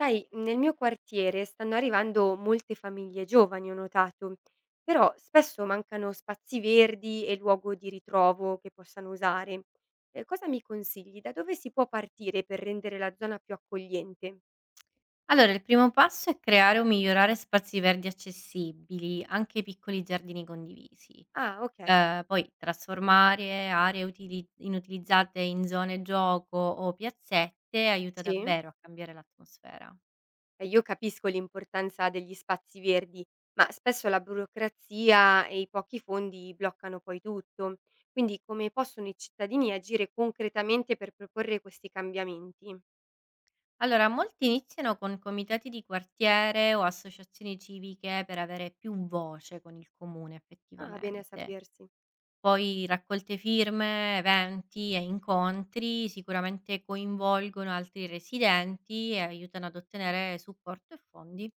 Sai, nel mio quartiere stanno arrivando molte famiglie giovani, ho notato, però spesso mancano spazi verdi e luogo di ritrovo che possano usare. Cosa mi consigli? Da dove si può partire per rendere la zona più accogliente? Allora, il primo passo è creare o migliorare spazi verdi accessibili, anche piccoli giardini condivisi. Ah, ok, Poi trasformare inutilizzate in zone gioco o piazzette aiuta sì. davvero a cambiare l'atmosfera. Io capisco l'importanza degli spazi verdi, ma spesso la burocrazia e i pochi fondi bloccano poi tutto. Quindi come possono i cittadini agire concretamente per proporre questi cambiamenti? Allora, molti iniziano con comitati di quartiere o associazioni civiche per avere più voce con il comune Ah, bene a effettivamente. sapersi. Poi raccolte firme, eventi e incontri sicuramente coinvolgono altri residenti e aiutano ad ottenere supporto e fondi.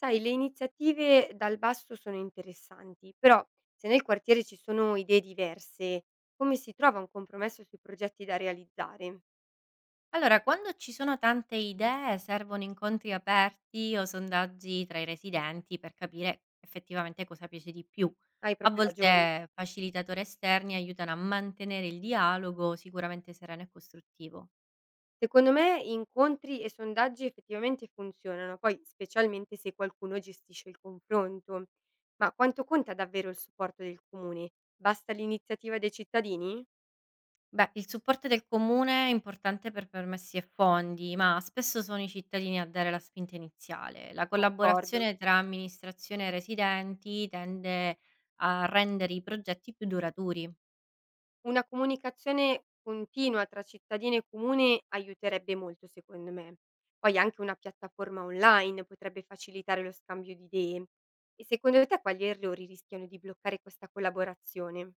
Sai, le iniziative dal basso sono interessanti, però se nel quartiere ci sono idee diverse, come si trova un compromesso sui progetti da realizzare? Allora, quando ci sono tante idee, servono incontri aperti o sondaggi tra i residenti per capire effettivamente cosa piace di più. Hai A proprio ragione. volte facilitatori esterni aiutano a mantenere il dialogo sicuramente sereno e costruttivo. Secondo me incontri e sondaggi effettivamente funzionano, poi specialmente se qualcuno gestisce il confronto. Ma quanto conta davvero il supporto del comune? Basta l'iniziativa dei cittadini? Beh, il supporto del comune è importante per permessi e fondi, ma spesso sono i cittadini a dare la spinta iniziale. La Concordo. collaborazione tra amministrazione e residenti tende a rendere i progetti più duraturi. Una comunicazione continua tra cittadini e comune aiuterebbe molto secondo me. Poi anche una piattaforma online potrebbe facilitare lo scambio di idee. E secondo te quali errori rischiano di bloccare questa collaborazione?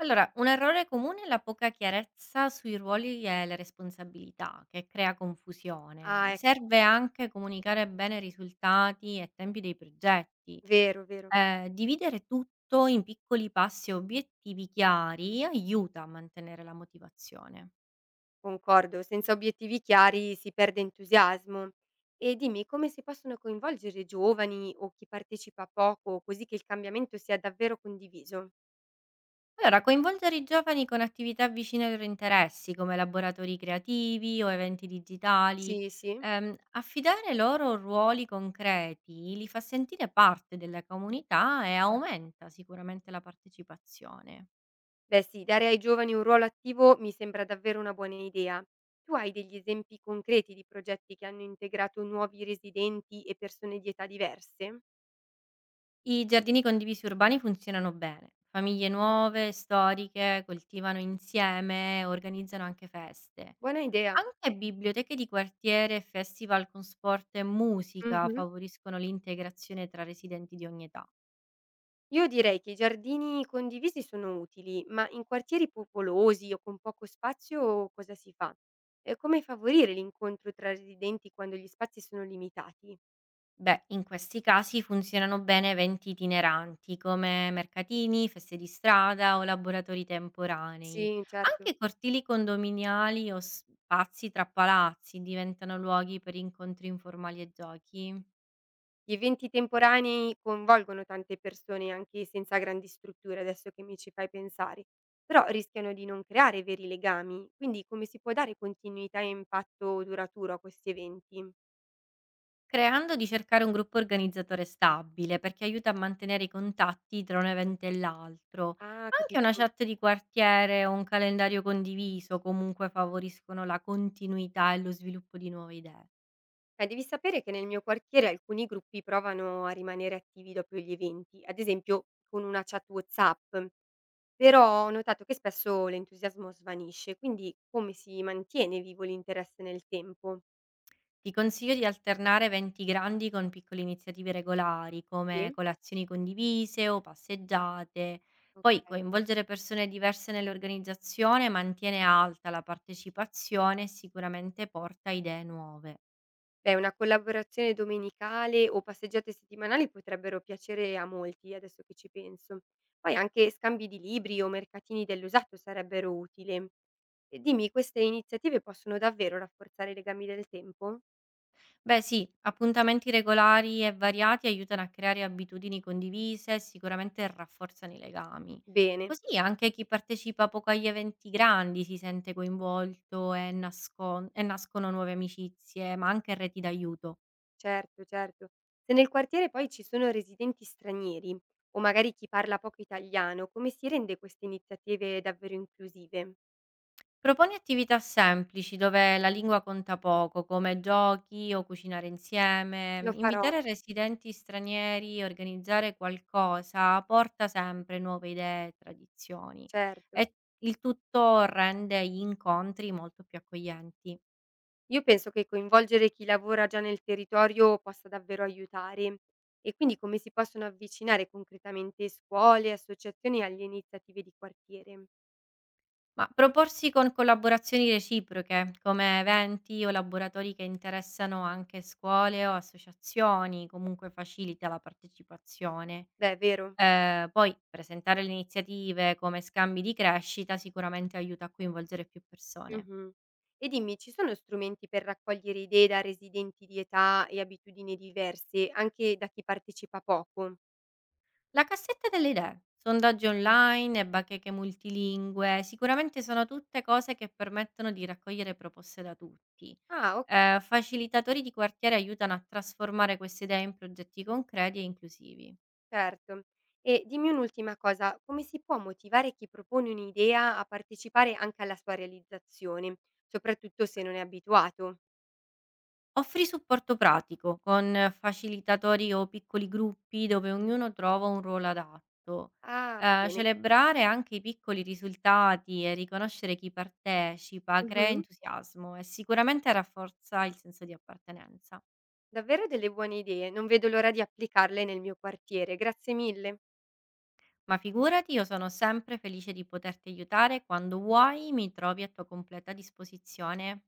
Allora, un errore comune è la poca chiarezza sui ruoli e le responsabilità, che crea confusione. Ah, ecco, Serve anche comunicare bene i risultati e tempi dei progetti. vero, vero, Dividere tutto in piccoli passi e obiettivi chiari aiuta a mantenere la motivazione. concordo. Senza obiettivi chiari si perde entusiasmo. E dimmi come si possono coinvolgere i giovani o chi partecipa poco, così che il cambiamento sia davvero condiviso? Allora, coinvolgere i giovani con attività vicine ai loro interessi, come laboratori creativi o eventi digitali, Sì, sì. Affidare loro ruoli concreti li fa sentire parte della comunità e aumenta sicuramente la partecipazione. Beh sì, dare ai giovani un ruolo attivo mi sembra davvero una buona idea. Tu hai degli esempi concreti di progetti che hanno integrato nuovi residenti e persone di età diverse? I giardini condivisi urbani funzionano bene. Famiglie nuove, storiche, coltivano insieme, organizzano anche feste. Buona idea. Anche biblioteche di quartiere e festival con sport e musica Mhm. favoriscono l'integrazione tra residenti di ogni età. Io direi che i giardini condivisi sono utili, ma in quartieri popolosi o con poco spazio cosa si fa? E come favorire l'incontro tra residenti quando gli spazi sono limitati? Beh, in questi casi funzionano bene eventi itineranti come mercatini, feste di strada o laboratori temporanei. Sì, certo. Anche cortili condominiali o spazi tra palazzi diventano luoghi per incontri informali e giochi. Gli eventi temporanei coinvolgono tante persone anche senza grandi strutture, adesso che mi ci fai pensare, però rischiano di non creare veri legami, quindi come si può dare continuità e impatto duraturo a questi eventi? Creando di cercare un gruppo organizzatore stabile, perché aiuta a mantenere i contatti tra un evento e l'altro. Ah, Anche una capisco. chat di quartiere o un calendario condiviso comunque favoriscono la continuità e lo sviluppo di nuove idee. Devi sapere che nel mio quartiere alcuni gruppi provano a rimanere attivi dopo gli eventi, ad esempio con una chat WhatsApp, però ho notato che spesso l'entusiasmo svanisce, quindi come si mantiene vivo l'interesse nel tempo? Ti consiglio di alternare eventi grandi con piccole iniziative regolari, Sì, come colazioni condivise o passeggiate. Poi ok. coinvolgere persone diverse nell'organizzazione mantiene alta la partecipazione e sicuramente porta idee nuove. Beh, una collaborazione domenicale o passeggiate settimanali potrebbero piacere a molti, adesso che ci penso. Poi anche scambi di libri o mercatini dell'usato sarebbero utili. E dimmi, queste iniziative possono davvero rafforzare i legami del tempo? Beh sì, appuntamenti regolari e variati aiutano a creare abitudini condivise e sicuramente rafforzano i legami. Bene, Così anche chi partecipa poco agli eventi grandi si sente coinvolto e, e nascono nuove amicizie, ma anche reti d'aiuto. certo, certo. Se nel quartiere poi ci sono residenti stranieri o magari chi parla poco italiano, come si rende queste iniziative davvero inclusive? Proponi attività semplici dove la lingua conta poco, come giochi o cucinare insieme. Lo farò, Invitare residenti stranieri, organizzare qualcosa, porta sempre nuove idee e tradizioni. certo. E il tutto rende gli incontri molto più accoglienti. Io penso che coinvolgere chi lavora già nel territorio possa davvero aiutare e quindi come si possono avvicinare concretamente scuole, associazioni alle iniziative di quartiere. Ma proporsi con collaborazioni reciproche, come eventi o laboratori che interessano anche scuole o associazioni, comunque facilita la partecipazione. Beh, è vero. Poi presentare le iniziative come scambi di crescita sicuramente aiuta a coinvolgere più persone. Mhm. E dimmi, ci sono strumenti per raccogliere idee da residenti di età e abitudini diverse, anche da chi partecipa poco? La cassetta delle idee, sondaggi online e bacheche multilingue, sicuramente sono tutte cose che permettono di raccogliere proposte da tutti. Ah, ok, Facilitatori di quartiere aiutano a trasformare queste idee in progetti concreti e inclusivi. certo. E dimmi un'ultima cosa, come si può motivare chi propone un'idea a partecipare anche alla sua realizzazione, soprattutto se non è abituato? Offri supporto pratico con facilitatori o piccoli gruppi dove ognuno trova un ruolo adatto. Ah, va bene. Celebrare anche i piccoli risultati e riconoscere chi partecipa crea Mh-mh. entusiasmo e sicuramente rafforza il senso di appartenenza. Davvero delle buone idee, non vedo l'ora di applicarle nel mio quartiere. Grazie mille. Ma figurati, io sono sempre felice di poterti aiutare quando vuoi, mi trovi a tua completa disposizione.